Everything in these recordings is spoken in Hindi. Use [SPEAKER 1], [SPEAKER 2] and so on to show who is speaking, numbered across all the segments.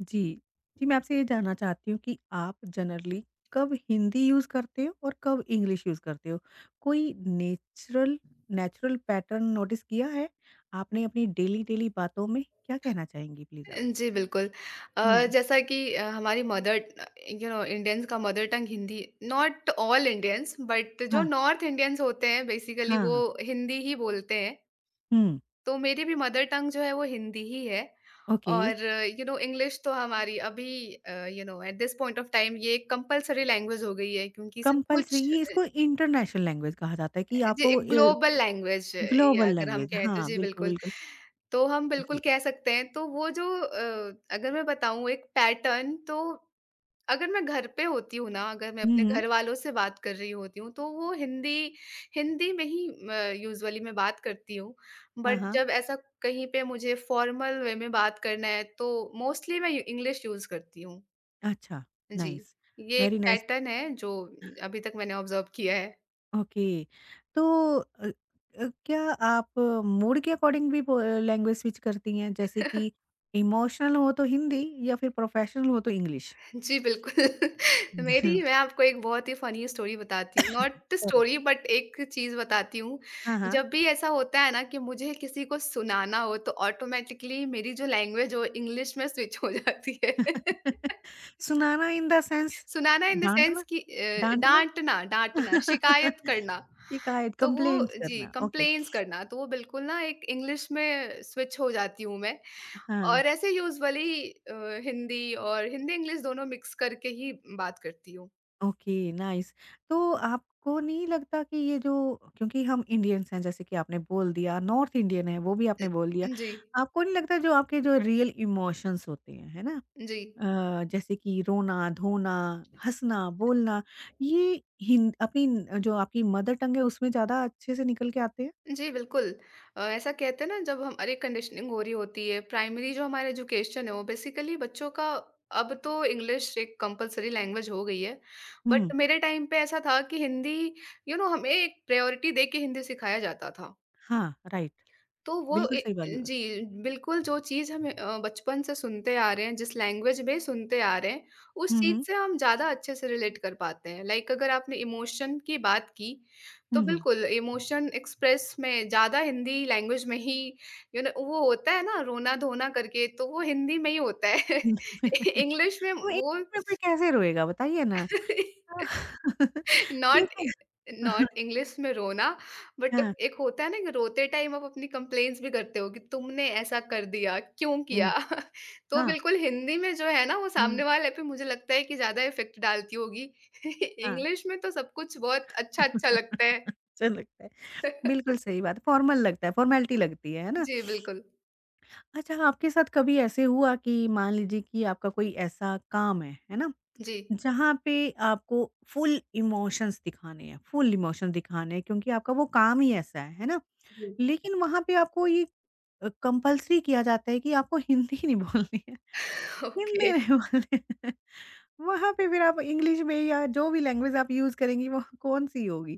[SPEAKER 1] जी। जी, मैं आपसे ये जानना चाहती हूँ कि आप जनरली कब हिंदी यूज़ करते हो और कब इंग्लिश यूज़ करते हो? कोई नेचुरल नेचुरल पैटर्न नोटिस किया है आपने अपनी डेली डेली बातों में? क्या कहना चाहेंगी प्लीज़ आप?
[SPEAKER 2] जी, बिल्कुल।
[SPEAKER 1] हुँ,
[SPEAKER 2] जैसा कि हमारी मदर यू नो इंडियंस का mother tongue Hindi not all Indians but जो
[SPEAKER 1] हाँ,
[SPEAKER 2] नॉर्थ इंडियंस होते हैं बेसिकली वो
[SPEAKER 1] हाँ,
[SPEAKER 2] हिंदी ही बोलते हैं।
[SPEAKER 1] हुँ,
[SPEAKER 2] तो मेरी भी मदर टंग जो है वो हिंदी ही है
[SPEAKER 1] ओके।
[SPEAKER 2] और यू नो इंग्लिश तो हमारी अभी you know at this point of time ये कंपल्सरी लैंग्वेज हो गई है क्योंकि सब
[SPEAKER 1] कंपल्सरी
[SPEAKER 2] कुछ
[SPEAKER 1] ये इसको इंटरनेशनल लैंग्वेज कहा जाता है कि
[SPEAKER 2] जी,
[SPEAKER 1] आपको
[SPEAKER 2] एक ग्लोबल लैंग्वेज या
[SPEAKER 1] ग्लोबल
[SPEAKER 2] अगर हम
[SPEAKER 1] लैंग्वेज
[SPEAKER 2] कहें तो
[SPEAKER 1] हाँ,
[SPEAKER 2] जी,
[SPEAKER 1] बिल्कुल,
[SPEAKER 2] बिल्कुल।
[SPEAKER 1] बिल्कुल।
[SPEAKER 2] तो हम बिल्कुल
[SPEAKER 1] जी।
[SPEAKER 2] कह सकते हैं तो वो जो अगर मैं बताऊँ एक पैटर्न तो अगर मैं घर पे होती हूँ ना, अगर मैं अपने
[SPEAKER 1] हुँ, हुँ।
[SPEAKER 2] घर वालों से बात कर रही होती हूँ, तो वो हिंदी हिंदी में ही यूजुअली मैं बात करती हूँ।
[SPEAKER 1] हाँ,
[SPEAKER 2] बट
[SPEAKER 1] हाँ।
[SPEAKER 2] जब ऐसा कहीं पे मुझे फॉर्मल वे में बात करना है तो मोस्टली मैं इंग्लिश यूज़ करती हूँ।
[SPEAKER 1] अच्छा,
[SPEAKER 2] जी,
[SPEAKER 1] नाइस,
[SPEAKER 2] ये एक
[SPEAKER 1] वेरी नाइस।
[SPEAKER 2] पैटर्न है जो अभी तक मैंने ऑब्जर्व किया है।
[SPEAKER 1] ओके। तो अ क्या आप मूड के अकॉर्डिंग भी ब लैंग्वेज स्विच करती हैं? जैसे कि इमोशनल हो तो हिंदी या फिर प्रोफेशनल हो तो इंग्लिश?
[SPEAKER 2] जी, बिल्कुल। मेरी मैं आपको एक बहुत ही फ़नी स्टोरी बताती हूँ, नॉट
[SPEAKER 1] सॉरी।
[SPEAKER 2] स्टोरी बट एक चीज़ बताती हूँ।
[SPEAKER 1] हाँ, हाँ।
[SPEAKER 2] जब भी ऐसा होता है ना कि मुझे किसी को सुनाना हो तो ऑटोमैटिकली मेरी जो लैंग्वेज हो इंग्लिश में स्विच हो जाती है।
[SPEAKER 1] सुनाना इन द सेंस
[SPEAKER 2] सुनाना इन द सेंस
[SPEAKER 1] डाँटना,
[SPEAKER 2] कि
[SPEAKER 1] डाँटना।
[SPEAKER 2] डाँटना डाँटना, शिकायत करना।
[SPEAKER 1] शिकायत,
[SPEAKER 2] तो वो
[SPEAKER 1] कंप्लेंट्स
[SPEAKER 2] जी,
[SPEAKER 1] करना। ओके।
[SPEAKER 2] कंप्लेंट्स करना, तो वो बिल्कुल ना एक इंग्लिश में स्विच हो जाती हूँ मैं।
[SPEAKER 1] हाँ।
[SPEAKER 2] और ऐसे यूजुअली हिंदी और हिंदी-इंग्लिश दोनों मिक्स करके ही बात करती हूँ।
[SPEAKER 1] ओके नाइस तो आपको नहीं लगता कि ये जो क्योंकि हम इंडियंस हैं जैसे कि आपने बोल दिया नॉर्थ इंडियन है वो भी
[SPEAKER 2] अ,
[SPEAKER 1] आपने बोल दिया
[SPEAKER 2] जी,
[SPEAKER 1] आपको नहीं लगता जो आपके जो रियल इमोशंस होते हैं है ना
[SPEAKER 2] जी।
[SPEAKER 1] जैसे कि रोना धोना हंसना बोलना ये हिंद अपनी न- जो आपकी मदर टंग है उसमें ज्यादा अच्छे से निकल के आते हैं
[SPEAKER 2] जी, बिल्कुल। ऐसा कहते हैं ना जब हमारी कंडीशनिंग हो रही होती है, प्राइमरी जो हमारा एजुकेशन है वो बेसिकली बच्चों का अब तो इंग्लिश एक कंपल्सरी लैंग्वेज हो गई है।
[SPEAKER 1] हम्म
[SPEAKER 2] बट मेरे टाइम पे ऐसा था कि Hindi you you know know, हमें एक प्रायोरिटी दे के हिंदी सिखाया जाता था।
[SPEAKER 1] हाँ राइट
[SPEAKER 2] तो वो
[SPEAKER 1] बिल्कुल
[SPEAKER 2] ए
[SPEAKER 1] सही बात
[SPEAKER 2] जी, बिल्कुल जो चीज़ हम बचपन से सुनते आ रहे हैं, जिस लैंग्वेज में सुनते आ रहे हैं, उस चीज़
[SPEAKER 1] हम्म
[SPEAKER 2] से हम ज़्यादा अच्छे से रिलेट कर पाते हैं। लाइक अगर आपने इमोशन की बात की, तो
[SPEAKER 1] हम्म हम्म
[SPEAKER 2] बिल्कुल इमोशन एक्सप्रेस में ज़्यादा हिंदी लैंग्वेज में ही यू नो वो होता है ना रोना-धोना करके, तो वो हिंदी में ही होता है।
[SPEAKER 1] हम्म।
[SPEAKER 2] इंग्लिश में
[SPEAKER 1] तो एक
[SPEAKER 2] वो
[SPEAKER 1] मिनट में कोई कैसे रोएगा बताइए ना
[SPEAKER 2] नॉट ए
[SPEAKER 1] देखिए
[SPEAKER 2] नॉट इंग्लिश में रोना, बट
[SPEAKER 1] हाँ
[SPEAKER 2] एक होता है ना कि रोते टाइम आप अपनी कंप्लेंट्स भी करते हो कि तुमने ऐसा कर दिया, क्यों किया?
[SPEAKER 1] हुँ,
[SPEAKER 2] तो
[SPEAKER 1] हाँ,
[SPEAKER 2] बिल्कुल हिंदी में जो है ना वो
[SPEAKER 1] हुँ,
[SPEAKER 2] सामने वाले पे मुझे लगता है कि ज़्यादा इफ़ेक्ट डालती होगी।
[SPEAKER 1] हाँ।
[SPEAKER 2] इंग्लिश में तो सब कुछ बहुत अच्छा-अच्छा लगता है।
[SPEAKER 1] अच्छा लगता है। बिल्कुल सही बात है, फॉर्मल लगता है, फॉर्मेलिटी लगती है ना?
[SPEAKER 2] जी, बिल्कुल।
[SPEAKER 1] अच्छा आपके साथ कभी ऐसे हुआ कि मान लीजिए कि आपका कोई ऐसा काम है ना?
[SPEAKER 2] जी,
[SPEAKER 1] जहाँ पे आपको फुल इमोशंस दिखाने हैं, फुल इमोशंस दिखाने हैं क्योंकि आपका वो काम ही ऐसा है ना?
[SPEAKER 2] जी।
[SPEAKER 1] लेकिन वहाँ पे आपको ये कंपल्सरी किया जाता है कि आपको हिंदी नहीं बोलनी है, हिंदी
[SPEAKER 2] ओके।
[SPEAKER 1] नहीं बोलनी है। वहाँ पे फिर आप इंग्लिश में या जो भी लैंग्वेज आप यूज़ करेंगी वो कौन-सी होगी?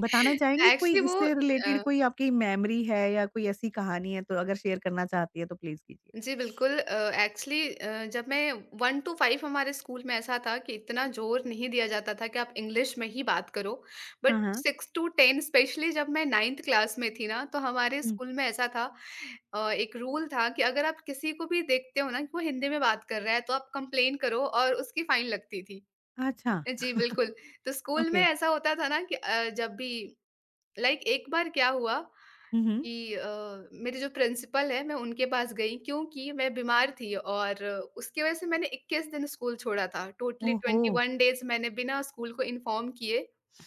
[SPEAKER 1] बताना चाहेंगी कोई
[SPEAKER 2] एक्चुअली वो
[SPEAKER 1] इससे रिलेटेड
[SPEAKER 2] अ
[SPEAKER 1] कोई आपकी मेमोरी है या कोई ऐसी कहानी है तो अगर शेयर करना चाहती है तो प्लीज कीजिए।
[SPEAKER 2] जी, बिल्कुल एक्चुअली जब मैं 1 टू 5 हमारे स्कूल में ऐसा था कि इतना ज़ोर नहीं दिया जाता था कि आप इंग्लिश में ही बात करो। बट
[SPEAKER 1] हाँ, हाँ।
[SPEAKER 2] 6 टू 10 स्पेशली जब मैं 9th क्लास में थी ना, तो हमारे
[SPEAKER 1] हुँ,
[SPEAKER 2] स्कूल में ऐसा था एक रूल था कि अगर आप किसी को भी देखते हो ना कि वो हिंदी में बात कर रहा है, तो आप कंप्लेन करो और उसकी फाइन लगती थी।
[SPEAKER 1] अच्छा
[SPEAKER 2] जी, बिल्कुल। तो स्कूल में
[SPEAKER 1] ओके।
[SPEAKER 2] ऐसा होता था ना कि जब भी लाइक एक बार क्या हुआ
[SPEAKER 1] हुँ, हुँ।
[SPEAKER 2] कि मेरे जो प्रिंसिपल है मैं उनके पास गई क्योंकि मैं बीमार थी और उसकी वजह से मैंने 21 दिन स्कूल छोड़ा था। टोटली
[SPEAKER 1] ओहो!
[SPEAKER 2] 21 डेज़ मैंने बिना स्कूल को इन्फॉर्म किए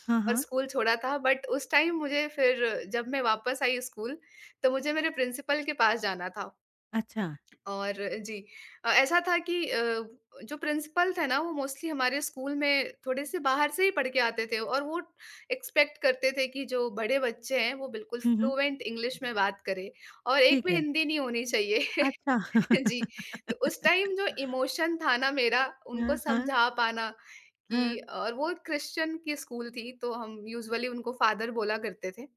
[SPEAKER 1] हाँ,
[SPEAKER 2] और
[SPEAKER 1] हाँ।
[SPEAKER 2] स्कूल छोड़ा था। बट उस टाइम मुझे फिर जब मैं वापस आई स्कूल तो मुझे मेरे प्रिंसिपल के पास जाना था।
[SPEAKER 1] अच्छा।
[SPEAKER 2] और जी ऐसा था कि जो प्रिंसिपल थे ना वो मोस्टली हमारे स्कूल में थोड़े से बाहर से ही पढ़ के आते थे और वो एक्सपेक्ट करते थे कि जो बड़े बच्चे हैं वो बिल्कुल
[SPEAKER 1] हुँ, हुँ।
[SPEAKER 2] फ्लुएंट इंग्लिश में बात करें और एक
[SPEAKER 1] ठीक
[SPEAKER 2] भी
[SPEAKER 1] है।
[SPEAKER 2] हिंदी नहीं होनी चाहिए।
[SPEAKER 1] अच्छा।
[SPEAKER 2] जी, तो उस टाइम जो इमोशन था ना मेरा उनको
[SPEAKER 1] हाँ, हाँ,
[SPEAKER 2] समझा पाना
[SPEAKER 1] हाँ।
[SPEAKER 2] कि और वो क्रिश्चियन की स्कूल थी तो हम यूजुअली उनको फादर बोला करते थे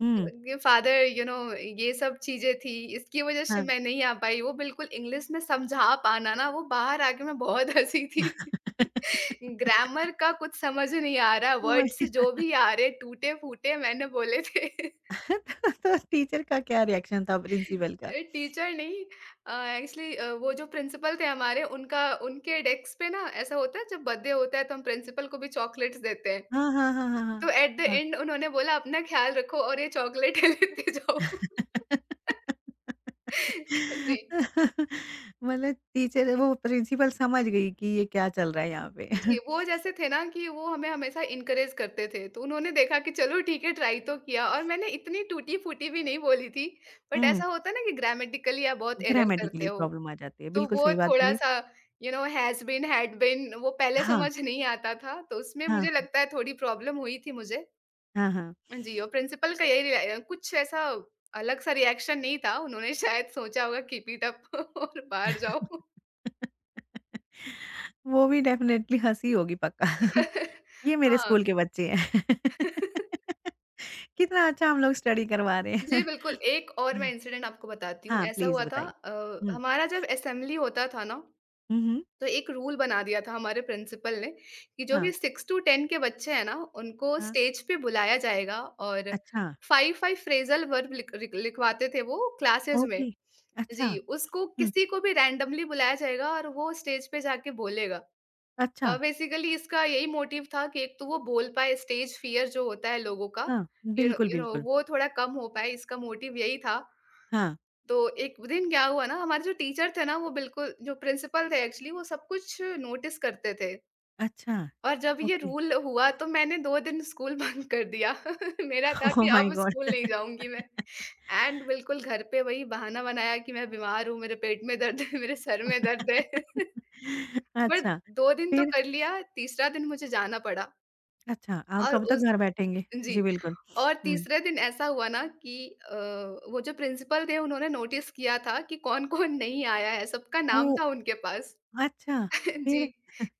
[SPEAKER 1] हुँ।
[SPEAKER 2] ये फादर यू नो ये सब चीज़ें थी, इसकी वज़ह से
[SPEAKER 1] हाँ।
[SPEAKER 2] मैं नहीं आ पाई, वो बिल्कुल इंग्लिश में समझा पाना ना वो बाहर आके मैं बहुत हँसी थी। ग्रामर का कुछ समझ नहीं आ रहा,
[SPEAKER 1] समझ
[SPEAKER 2] वर्ड्स
[SPEAKER 1] गई।
[SPEAKER 2] जो भी आ रहे टूटे-फूटे मैंने बोले थे।
[SPEAKER 1] तो टीचर का क्या रिएक्शन था प्रिंसिपल का?
[SPEAKER 2] अ, टीचर नहीं अ, एक्चुअली वो जो प्रिंसिपल थे हमारे उनका उनके डेस्क पे ना ऐसा होता है जब बर्थडे होता है तो हम प्रिंसिपल को भी चॉकलेट्स देते हैं।
[SPEAKER 1] हाँ, हाँ, हाँ,
[SPEAKER 2] तो
[SPEAKER 1] हाँ,
[SPEAKER 2] एट द
[SPEAKER 1] हाँ।
[SPEAKER 2] एंड उन्होंने बोला अपना ख़्याल रखो और ये चॉकलेट लेते जाओ। जी।
[SPEAKER 1] मतलब टीचर वो प्रिंसिपल समझ गई कि ये क्या चल रहा है यहाँ पे।
[SPEAKER 2] जी, वो जैसे थे ना कि वो हमें हमेशा इनकरेज करते थे, तो उन्होंने देखा कि चलो ठीक है ट्राई तो किया और मैंने इतनी टूटी-फूटी भी नहीं बोली थी, बट
[SPEAKER 1] हुँ,
[SPEAKER 2] ऐसा होता है ना कि ग्रामेटिकली आप बहुत एरर करते
[SPEAKER 1] ग्रामेटिकली
[SPEAKER 2] हो,
[SPEAKER 1] प्रॉब्लम आ जाती है।
[SPEAKER 2] तो
[SPEAKER 1] बिल्कुल
[SPEAKER 2] वो
[SPEAKER 1] सही बात बोली।
[SPEAKER 2] थोड़ा-सा you know has been, had been वो पहले
[SPEAKER 1] हाँ,
[SPEAKER 2] समझ नहीं आता था, तो उसमें
[SPEAKER 1] हाँ,
[SPEAKER 2] मुझे लगता है थोड़ी प्रॉब्लम हुई थी मुझे।
[SPEAKER 1] हाँ, हाँ।
[SPEAKER 2] जी, और प्रिंसिपल का यही रिएक् कुछ ऐसा अलग सा रिएक्शन नहीं था, उन्होंने शायद सोचा होगा कीप इट अप और बाहर जाओ।
[SPEAKER 1] वो भी डेफ़िनेटली हँसी होगी पक्का। ये मेरे
[SPEAKER 2] हाँ।
[SPEAKER 1] स्कूल के बच्चे हैं। कितना अच्छा हम लोग स्टडी करवा रहे हैं।
[SPEAKER 2] जी, बिल्कुल, एक और मैं
[SPEAKER 1] हुँ,
[SPEAKER 2] इंसिडेंट आपको बताती हूँ।
[SPEAKER 1] हाँ,
[SPEAKER 2] ऐसा
[SPEAKER 1] प्लीज़
[SPEAKER 2] हुआ था
[SPEAKER 1] बताइए। हुँ,
[SPEAKER 2] हमारा जब असेंबली होता था ना,
[SPEAKER 1] हुँ, हुँ।
[SPEAKER 2] तो एक रूल बना दिया था हमारे प्रिंसिपल ने कि जो भी
[SPEAKER 1] हाँ,
[SPEAKER 2] 6 टू 10 के बच्चे हैं ना, उनको
[SPEAKER 1] हाँ।
[SPEAKER 2] स्टेज पे बुलाया जाएगा और
[SPEAKER 1] अच्छा,
[SPEAKER 2] 5-5 फ्रेज़ल वर्ब लिख लिख लिखवाते थे वो क्लासेस में।
[SPEAKER 1] ओके। अच्छा,
[SPEAKER 2] जी, उसको
[SPEAKER 1] हुँ,
[SPEAKER 2] किसी को भी रैंडमली बुलाया जाएगा और वो स्टेज पे जाके बोलेगा।
[SPEAKER 1] अच्छा।
[SPEAKER 2] बेसिकली इसका यही मोटिव था कि एक तो वो बोल पाए, स्टेज फ़ियर जो होता है लोगों का,
[SPEAKER 1] हाँ,
[SPEAKER 2] यू नो
[SPEAKER 1] बिल्कुल,
[SPEAKER 2] यू नो
[SPEAKER 1] बिल्कुल।
[SPEAKER 2] वो थोड़ा कम हो पाए, इसका मोटिव यही था।
[SPEAKER 1] हाँ,
[SPEAKER 2] तो एक दिन क्या हुआ ना हमारे जो टीचर थे ना वो बिल्कुल जो प्रिंसिपल थे एक्चुअली वो सब कुछ नोटिस करते थे
[SPEAKER 1] अच्छा,
[SPEAKER 2] और जब ये
[SPEAKER 1] ओके।
[SPEAKER 2] रूल हुआ तो मैंने 2 दिन स्कूल बंद कर दिया। मेरा था
[SPEAKER 1] ओह
[SPEAKER 2] कि
[SPEAKER 1] माय
[SPEAKER 2] अब
[SPEAKER 1] गॉड!
[SPEAKER 2] स्कूल नहीं जाऊँगी मैं एंड बिल्कुल घर पे वही बहाना बनाया कि मैं बीमार हूँ, मेरे पेट में दर्द है, मेरे सर में दर्द है। बट
[SPEAKER 1] अच्छा,
[SPEAKER 2] 2 दिन तो
[SPEAKER 1] फिर?
[SPEAKER 2] कर लिया, तीसरा दिन मुझे जाना पड़ा
[SPEAKER 1] अच्छा, आप
[SPEAKER 2] और
[SPEAKER 1] कब तक
[SPEAKER 2] उस
[SPEAKER 1] घर बैठेंगे? जी,
[SPEAKER 2] जी।
[SPEAKER 1] बिल्कुल।
[SPEAKER 2] और
[SPEAKER 1] हुँ,
[SPEAKER 2] तीसरे दिन ऐसा हुआ ना कि वो जो प्रिंसिपल थे उन्होंने नोटिस किया था कि कौन-कौन नहीं आया है, सबका नाम
[SPEAKER 1] ओह!
[SPEAKER 2] था उनके पास।
[SPEAKER 1] अच्छा,
[SPEAKER 2] जी,
[SPEAKER 1] फिर?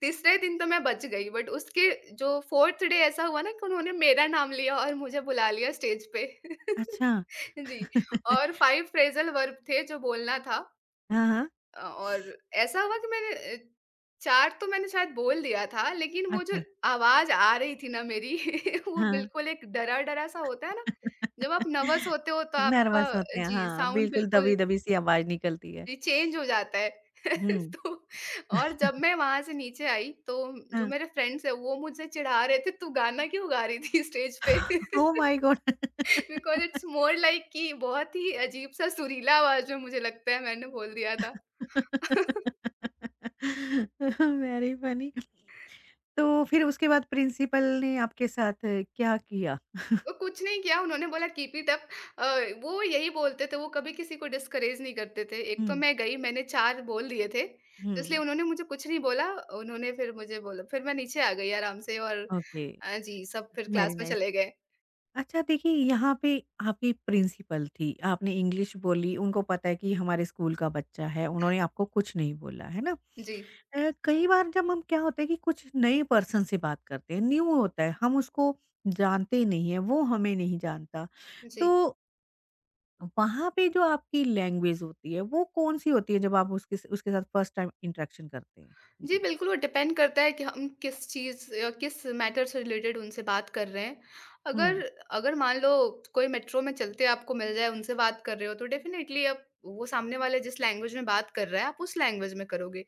[SPEAKER 2] तीसरे दिन तो मैं बच गई बट उसके जो 4th डे ऐसा हुआ ना कि उन्होंने मेरा नाम लिया और मुझे बुला लिया स्टेज पे।
[SPEAKER 1] अच्छा।
[SPEAKER 2] जी, और 5 फ्रेज़ल वर्ब थे जो बोलना था
[SPEAKER 1] हाँ, हाँ,
[SPEAKER 2] अ, और ऐसा हुआ कि 4 तो मैंने शायद बोल दिया था, लेकिन वो जो
[SPEAKER 1] अच्छा,
[SPEAKER 2] आवाज़ आ रही थी ना मेरी, वो
[SPEAKER 1] हाँ।
[SPEAKER 2] बिल्कुल एक डरा-डरा सा होता है ना, जब आप नर्वस होते हो तो
[SPEAKER 1] नर्वस
[SPEAKER 2] आपका
[SPEAKER 1] होते हैं,
[SPEAKER 2] जी,
[SPEAKER 1] हाँ,
[SPEAKER 2] साउंड
[SPEAKER 1] बिल्कुल
[SPEAKER 2] बिल्कुल
[SPEAKER 1] दबी-दबी सी आवाज़ निकलती है।
[SPEAKER 2] जी, चेंज हो जाता है।
[SPEAKER 1] हुँ।
[SPEAKER 2] तो और जब मैं वहाँ से नीचे आई, तो जो
[SPEAKER 1] हाँ,
[SPEAKER 2] मेरे फ्रेंड्स हैं, वो मुझसे चिढ़ा रहे थे, "तू गाना क्यों गा रही थी स्टेज पे?"
[SPEAKER 1] Oh my god!
[SPEAKER 2] Because it's more like कि बहुत ही अजीब-सा सुरीला आवाज़ में मुझे लगता है मैंने बोल दिया था।
[SPEAKER 1] Very funny. तो फिर उसके बाद प्रिंसिपल ने आपके साथ क्या किया?
[SPEAKER 2] कुछ नहीं किया उन्होंने बोला कीप इट अप अ, वो यही बोलते थे, वो कभी किसी को डिस्करेज नहीं करते थे। एक तो
[SPEAKER 1] हुँ,
[SPEAKER 2] मैं गई मैंने 4 बोल दिए थे, तो इसलिए
[SPEAKER 1] हुँ।
[SPEAKER 2] उन्होंने मुझे कुछ नहीं बोला। उन्होंने फिर मुझे बोला फिर मैं नीचे आ गई आराम से और
[SPEAKER 1] ओके।
[SPEAKER 2] जी सब फिर
[SPEAKER 1] वेरी
[SPEAKER 2] क्लास में
[SPEAKER 1] नाइस।
[SPEAKER 2] चले गए।
[SPEAKER 1] अच्छा देखिए यहाँ पे आपकी प्रिंसिपल थी, आपने इंग्लिश बोली, उनको पता है कि हमारे स्कूल का बच्चा है, उन्होंने आपको कुछ नहीं बोला, है ना?
[SPEAKER 2] जी,
[SPEAKER 1] कई बार जब हम क्या होता है कि कुछ नए पर्सन से बात करते हैं, न्यू होता है, हम उसको जानते नहीं हैं, वो हमें नहीं जानता।
[SPEAKER 2] जी।
[SPEAKER 1] तो वहाँ पे जो आपकी लैंग्वेज होती है, वो कौन-सी होती है जब आप उसके साथ फर्स्ट टाइम इंटरेक्शन करते हैं?
[SPEAKER 2] जी, बिल्कुल, वो डिपेंड करता है कि हम किस किस मैटर से रिलेटेड उनसे बात कर रहे हैं। अगर
[SPEAKER 1] जी।
[SPEAKER 2] अगर मान लो कोई मेट्रो में चलते आपको मिल जाए, उनसे बात कर रहे हो, तो डेफ़िनेटली आप वो सामने वाले जिस लैंग्वेज में बात कर रहा है, आप उस लैंग्वेज में करोगे।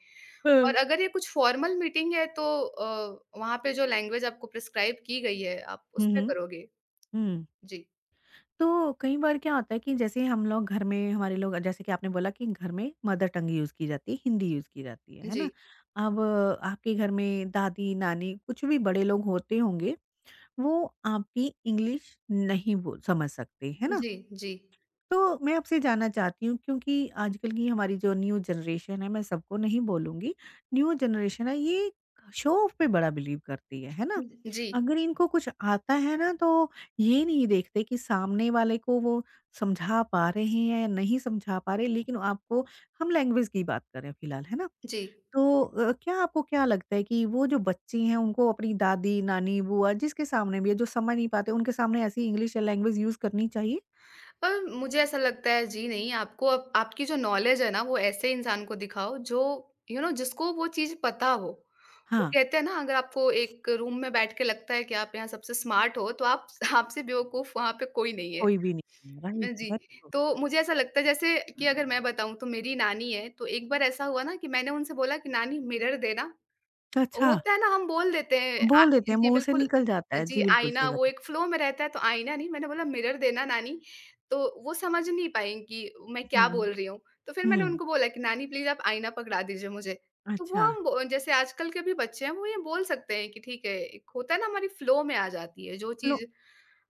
[SPEAKER 2] और
[SPEAKER 1] हुँ।
[SPEAKER 2] अगर ये कुछ फॉर्मल मीटिंग है, तो वहाँ पे जो लैंग्वेज आपको प्रिस्क्राइब की गई है, आप
[SPEAKER 1] हुँ,
[SPEAKER 2] उसमें
[SPEAKER 1] हुँ।
[SPEAKER 2] करोगे।
[SPEAKER 1] हुँ।
[SPEAKER 2] जी।
[SPEAKER 1] तो कई बार क्या होता है कि जैसे हम लोग घर में हमारे लोग जैसे कि आपने बोला कि घर में मदर टंग यूज़ की जाती है, हिंदी यूज़ की जाती है ना?
[SPEAKER 2] जी।
[SPEAKER 1] अब आपके घर में दादी-नानी कुछ भी बड़े लोग होते होंगे, वो आपकी इंग्लिश नहीं बोल समझ सकते, है ना?
[SPEAKER 2] जी, जी,
[SPEAKER 1] तो मैं आपसे जानना चाहती हूँ क्योंकि आजकल की हमारी जो न्यू जनरेशन है मैं सबको नहीं बोलूँगी, न्यू जनरेशन है ये शो ऑफ पे बड़ा बिलीव करती है ना?
[SPEAKER 2] जी। जी,
[SPEAKER 1] अगर इनको कुछ आता है ना तो ये नहीं देखते कि सामने वाले को वो समझा पा रहे हैं या नहीं समझा पा रहे लेकिन आपको हम लैंग्वेज की बात करें फिलहाल, है ना?
[SPEAKER 2] जी।
[SPEAKER 1] तो क्या आपको क्या लगता है कि वो जो बच्चे हैं उनको अपनी दादी, नानी, बुआ जिसके सामने भी है जो समझ नहीं पाते उनके सामने ऐसी इंग्लिश लैंग्वेज यूज़ करनी चाहिए?
[SPEAKER 2] मुझे ऐसा लगता है जी नहीं आपको अप आपकी जो नॉलेज है ना वो ऐसे इंसान को दिखाओ जो यू you नो know, जिसको वो चीज़ पता हो। वो
[SPEAKER 1] हाँ।
[SPEAKER 2] कहते हैं ना अगर आपको एक रूम में बैठ के लगता है कि आप यहाँ सबसे स्मार्ट हो तो आप आपसे बेवकूफ़ वहाँ पे कोई नहीं है।
[SPEAKER 1] कोई भी नहीं राइट
[SPEAKER 2] जी,
[SPEAKER 1] वेरी गुड।
[SPEAKER 2] तो मुझे ऐसा लगता है जैसे कि अगर मैं बताऊँ तो मेरी नानी है, तो एक बार ऐसा हुआ ना कि मैंने उनसे बोला कि नानी मिरर देना
[SPEAKER 1] अच्छा, अच्छा।
[SPEAKER 2] होता है ना हम बोल देते हैं आ
[SPEAKER 1] बोल देते हैं,
[SPEAKER 2] जी,
[SPEAKER 1] मुँह से
[SPEAKER 2] बिल्कुल
[SPEAKER 1] निकल जाता है।
[SPEAKER 2] जी,
[SPEAKER 1] जी, बिल्कुल
[SPEAKER 2] आईना
[SPEAKER 1] सही बात
[SPEAKER 2] वो
[SPEAKER 1] है।
[SPEAKER 2] एक फ्लो में रहता है तो आईना नहीं मैंने बोला मिरर देना नानी, तो वो समझ नहीं पाईं कि मैं क्या
[SPEAKER 1] हुँ,
[SPEAKER 2] बोल रही हूँ। तो फिर मैंने
[SPEAKER 1] हुँ।
[SPEAKER 2] उनको बोला कि नानी प्लीज़ आप आईना पकड़ा दीजिए मुझे। तो वो
[SPEAKER 1] अच्छा।
[SPEAKER 2] हम बो जैसे आजकल के भी बच्चे हैं वो ये बोल सकते हैं कि ठीक है, एक होता है ना हमारी फ्लो में आ जाती है जो
[SPEAKER 1] फ्लो
[SPEAKER 2] चीज़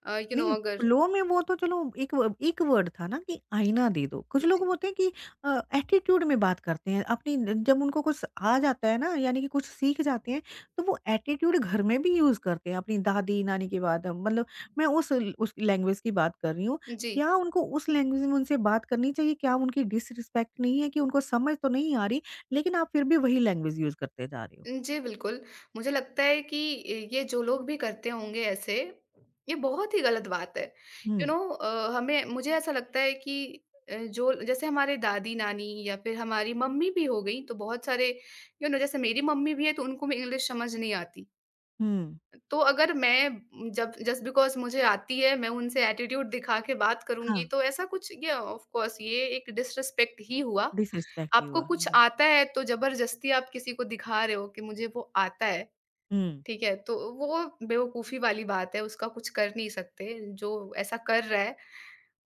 [SPEAKER 2] यू नो
[SPEAKER 1] नहीं,
[SPEAKER 2] अगर
[SPEAKER 1] फ्लो में वो तो चलो एक वर्ड था ना कि आईना दे दो। कुछ लोग
[SPEAKER 2] जी,
[SPEAKER 1] होते हैं कि अ, एटीट्यूड में बात करते हैं, अपनी जब उनको कुछ आ जाता है ना यानी कि कुछ सीख जाते हैं, तो वो एटीट्यूड घर में भी यूज़ करते हैं अपनी दादी-नानी की बात मतलब मैं उस लैंग्वेज की बात कर रही हूँ।
[SPEAKER 2] जी।
[SPEAKER 1] क्या उनको उस लैंग्वेज में उनसे बात करनी चाहिए? क्या उनकी डिसरिस्पेक्ट नहीं है कि उनको समझ तो नहीं आ रही, लेकिन आप फिर भी वही लैंग्वेज यूज़ करते जा रहे हो?
[SPEAKER 2] जी, बिल्कुल। मुझे लगता है कि ये जो लोग भी करते होंगे ऐसे, ये बहुत ही गलत बात है। यू
[SPEAKER 1] हुँ,
[SPEAKER 2] नो, हमें मुझे ऐसा लगता है कि जो जैसे हमारे दादी-नानी या फिर हमारी मम्मी भी हो गईं, तो बहुत सारे, यू नो, जैसे मेरी मम्मी भी है, तो उनको भी इंग्लिश समझ नहीं आती।
[SPEAKER 1] हुँ।
[SPEAKER 2] तो अगर मैं, जब जस्ट बिकॉज़ मुझे आती है, मैं उनसे एटीट्यूड दिखा के बात
[SPEAKER 1] हाँ,
[SPEAKER 2] करूँगी, तो ऐसा कुछ, ये ऑफ़ कोर्स ये एक डिसरिस्पेक्ट ही हुआ।
[SPEAKER 1] डिसरिस्पेक्ट ही
[SPEAKER 2] आपको
[SPEAKER 1] हुआ।
[SPEAKER 2] कुछ
[SPEAKER 1] हुँ,
[SPEAKER 2] आता है, तो ज़बरदस्ती आप किसी को दिखा रहे हो कि मुझे वो आता है,
[SPEAKER 1] हुँ।
[SPEAKER 2] ठीक है? तो वो बेवकूफ़ी वाली बात है, उसका कुछ कर नहीं सकते। जो ऐसा कर रहा है,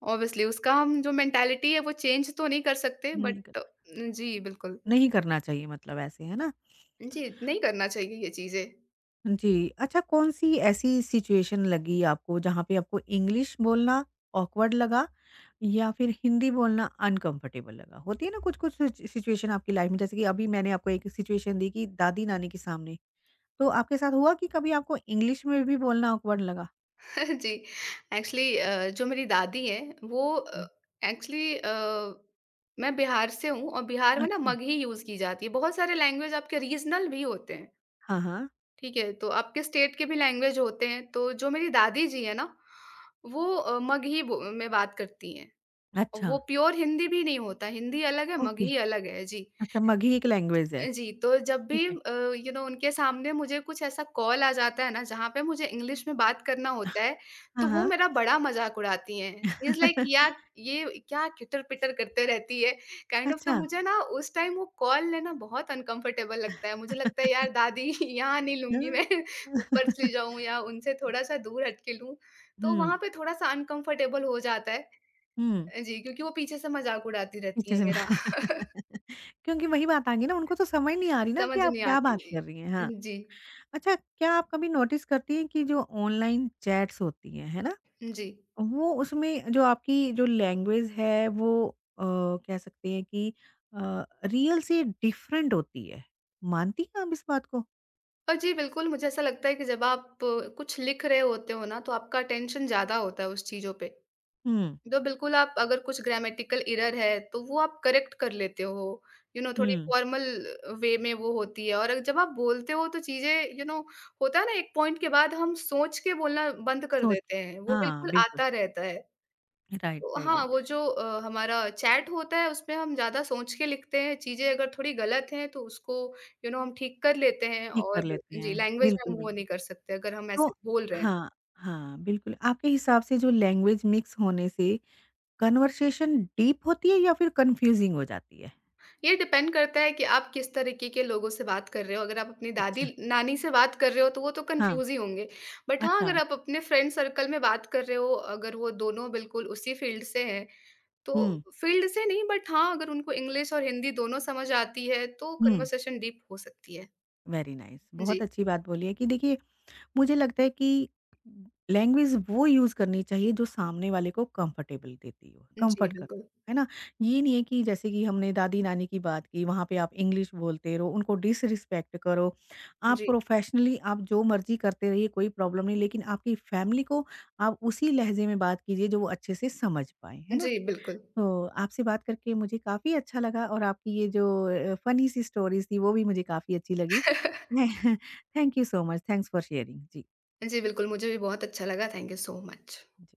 [SPEAKER 2] ऑब्वियसली उसका, हम जो मेंटालिटी है, वो चेंज तो नहीं कर सकते, बट
[SPEAKER 1] नहीं
[SPEAKER 2] जी, बिल्कुल।
[SPEAKER 1] नहीं करना चाहिए मतलब ऐसे, है ना?
[SPEAKER 2] जी, नहीं करना चाहिए ये चीज़ें।
[SPEAKER 1] जी, अच्छा कौन-सी ऐसी सिचुएशन लगी आपको जहाँ पे आपको इंग्लिश बोलना ऑकवर्ड लगा या फिर हिंदी बोलना अनकंफर्टेबल लगा? होती है ना कुछ-कुछ सिचुएशन आपकी लाइफ में जैसे कि अभी मैंने आपको एक सिचुएशन दी कि दादी-नानी के सामने, तो आपके साथ हुआ कि कभी आपको इंग्लिश में भी बोलना ऑकवर्ड लगा?
[SPEAKER 2] जी, एक्चुअली जो मेरी दादी है, वो,
[SPEAKER 1] हुँ,
[SPEAKER 2] एक्चुअली मैं बिहार से हूँ और बिहार में ना
[SPEAKER 1] अच्छा।
[SPEAKER 2] मगही यूज की जाती है। बहुत सारे लैंग्वेज आपके रीजनल भी होते हैं,
[SPEAKER 1] हाँ, हाँ।
[SPEAKER 2] ठीक है? तो आपके स्टेट के भी लैंग्वेज होते हैं। तो जो मेरी दादी जी है ना, वो में बात करती हैं। और
[SPEAKER 1] अच्छा,
[SPEAKER 2] वो प्योर हिंदी भी नहीं होता। हिंदी अलग है,
[SPEAKER 1] ओके।
[SPEAKER 2] मगही अलग है जी।
[SPEAKER 1] अच्छा मगही एक लैंग्वेज है।
[SPEAKER 2] जी, तो जब भी
[SPEAKER 1] ठीक है।
[SPEAKER 2] यू नो, उनके सामने मुझे कुछ ऐसा कॉल आ जाता है ना, जहाँ पे मुझे इंग्लिश में बात करना होता है,
[SPEAKER 1] हाँ,
[SPEAKER 2] तो वो
[SPEAKER 1] हाँ।
[SPEAKER 2] मेरा बड़ा मज़ाक उड़ाती हैं। शी इज़ लाइक, यार ये क्या किटर-पिटर करते रहती है, काइंड ऑफ। तो
[SPEAKER 1] अच्छा।
[SPEAKER 2] मुझे ना उस टाइम वो कॉल लेना बहुत अनकम्फर्टेबल लगता है। मुझे लगता है, यार दादी यहाँ नहीं लूँगी मैं,
[SPEAKER 1] हाँ।
[SPEAKER 2] ऊपर चली जाऊँ या उनसे थोड़ा-सा दूर हट के लूँ, तो
[SPEAKER 1] हुँ।
[SPEAKER 2] वहाँ पे थोड़ा-सा अनकम्फर्टेबल हो जाता है।
[SPEAKER 1] हुँ,
[SPEAKER 2] जी, क्योंकि वो पीछे से मज़ाक उड़ाती रहती
[SPEAKER 1] पीछे
[SPEAKER 2] हैं
[SPEAKER 1] से मैं
[SPEAKER 2] मेरा।
[SPEAKER 1] क्योंकि वही बात आ गई ना, उनको तो समझ नहीं आ रही ना कि
[SPEAKER 2] समझ
[SPEAKER 1] आप
[SPEAKER 2] नहीं
[SPEAKER 1] क्या बात
[SPEAKER 2] आती।
[SPEAKER 1] कर रही हैं। हाँ,
[SPEAKER 2] जी।
[SPEAKER 1] अच्छा क्या आप कभी नोटिस करती हैं कि जो ऑनलाइन चैट्स होती हैं, है ना?
[SPEAKER 2] जी।
[SPEAKER 1] वो उसमें जो आपकी जो लैंग्वेज है वो कह सकते हैं कि रियल से डिफरेंट होती है। मानती हैं आप इस बात को?
[SPEAKER 2] और जी, बिल्कुल, मुझे ऐसा लगता है कि जब आप कुछ लिख रहे होते हो ना, तो आपका अटेंशन ज़्यादा होता है उस चीज़ों पे।
[SPEAKER 1] हुँ,
[SPEAKER 2] तो बिल्कुल, आप अगर कुछ ग्रामेटिकल एरर है, तो वो आप करेक्ट कर लेते हो। यू you नो know, थोड़ी
[SPEAKER 1] हुँ,
[SPEAKER 2] फॉर्मल वे में वो होती है। और जब आप बोलते हो तो चीज़ें, यू नो, होता है ना एक पॉइंट के बाद हम सोच के बोलना बंद कर
[SPEAKER 1] सोच
[SPEAKER 2] देते हैं। वो
[SPEAKER 1] हाँ,
[SPEAKER 2] बिल्कुल
[SPEAKER 1] बिल्कुल।
[SPEAKER 2] आता रहता है।
[SPEAKER 1] राइट,
[SPEAKER 2] तो
[SPEAKER 1] राइट,
[SPEAKER 2] हाँ,
[SPEAKER 1] राइट।
[SPEAKER 2] वो जो हमारा चैट होता है, उसमें हम ज़्यादा सोच के लिखते हैं, चीज़ें अगर थोड़ी गलत हैं तो उसको, यू नो, हम ठीक कर लेते हैं।
[SPEAKER 1] ठीक कर
[SPEAKER 2] और
[SPEAKER 1] लेते
[SPEAKER 2] जी,
[SPEAKER 1] हैं।
[SPEAKER 2] लैंग्वेज में
[SPEAKER 1] बिल्कुल,
[SPEAKER 2] हम वो
[SPEAKER 1] बिल्कुल।
[SPEAKER 2] नहीं कर सकते अगर हम
[SPEAKER 1] तो
[SPEAKER 2] ऐसे बोल रहे हैं। तो।
[SPEAKER 1] हाँ, हाँ, बिल्कुल। आपके हिसाब से जो लैंग्वेज मिक्स होने से कन्वर्सेशन डीप होती है या फिर कन्फ्यूजिंग हो जाती है?
[SPEAKER 2] ये डिपेंड करता है कि आप किस तरीके के लोगों से बात कर रहे हो। अगर आप अपनी दादी
[SPEAKER 1] अच्छा।
[SPEAKER 2] नानी से बात कर रहे हो, तो वो तो
[SPEAKER 1] हाँ,
[SPEAKER 2] कन्फ्यूज़ ही होंगे। बट हाँ,
[SPEAKER 1] अच्छा।
[SPEAKER 2] अगर आप अपने फ्रेंड सर्कल में बात कर रहे हो, अगर वो दोनों बिल्कुल उसी फील्ड से हैं,
[SPEAKER 1] हुँ,
[SPEAKER 2] तो फील्ड से नहीं, बट हाँ, अगर उनको इंग्लिश और हिंदी दोनों समझ आती है, तो
[SPEAKER 1] हुँ,
[SPEAKER 2] कन्वर्सेशन डीप हो सकती है।
[SPEAKER 1] Very nice. बहुत
[SPEAKER 2] जी।
[SPEAKER 1] अच्छी बात बोली है कि देखिए मुझे लगता है कि लैंग्वेज वो यूज़ करनी चाहिए जो सामने वाले को कंफर्टेबल देती हो,
[SPEAKER 2] जी,
[SPEAKER 1] कंफर्ट करती
[SPEAKER 2] बिल्कुल।
[SPEAKER 1] हो, है ना? ये नहीं है कि जैसे कि हमने दादी-नानी की बात की, वहाँ पे आप इंग्लिश बोलते रहो, उनको डिसरिस्पेक्ट करो। आप
[SPEAKER 2] जी,
[SPEAKER 1] प्रोफेशनली आप जो मर्ज़ी करते रहिए, कोई प्रॉब्लम नहीं, लेकिन आपकी फैमिली को आप उसी लहज़े में बात कीजिए जो वो अच्छे से समझ पाएँ, है ना?
[SPEAKER 2] जी, बिल्कुल।
[SPEAKER 1] तो आपसे बात करके मुझे काफ़ी अच्छा लगा और आपकी ये जो फ़नी सी स्टोरीज़ थी, वो भी मुझे काफ़ी अच्छी लगी। मैं thank you so much, thanks for sharing. जी।
[SPEAKER 2] जी, बिल्कुल, मुझे भी बहुत अच्छा लगा। Thank you so much.
[SPEAKER 1] G.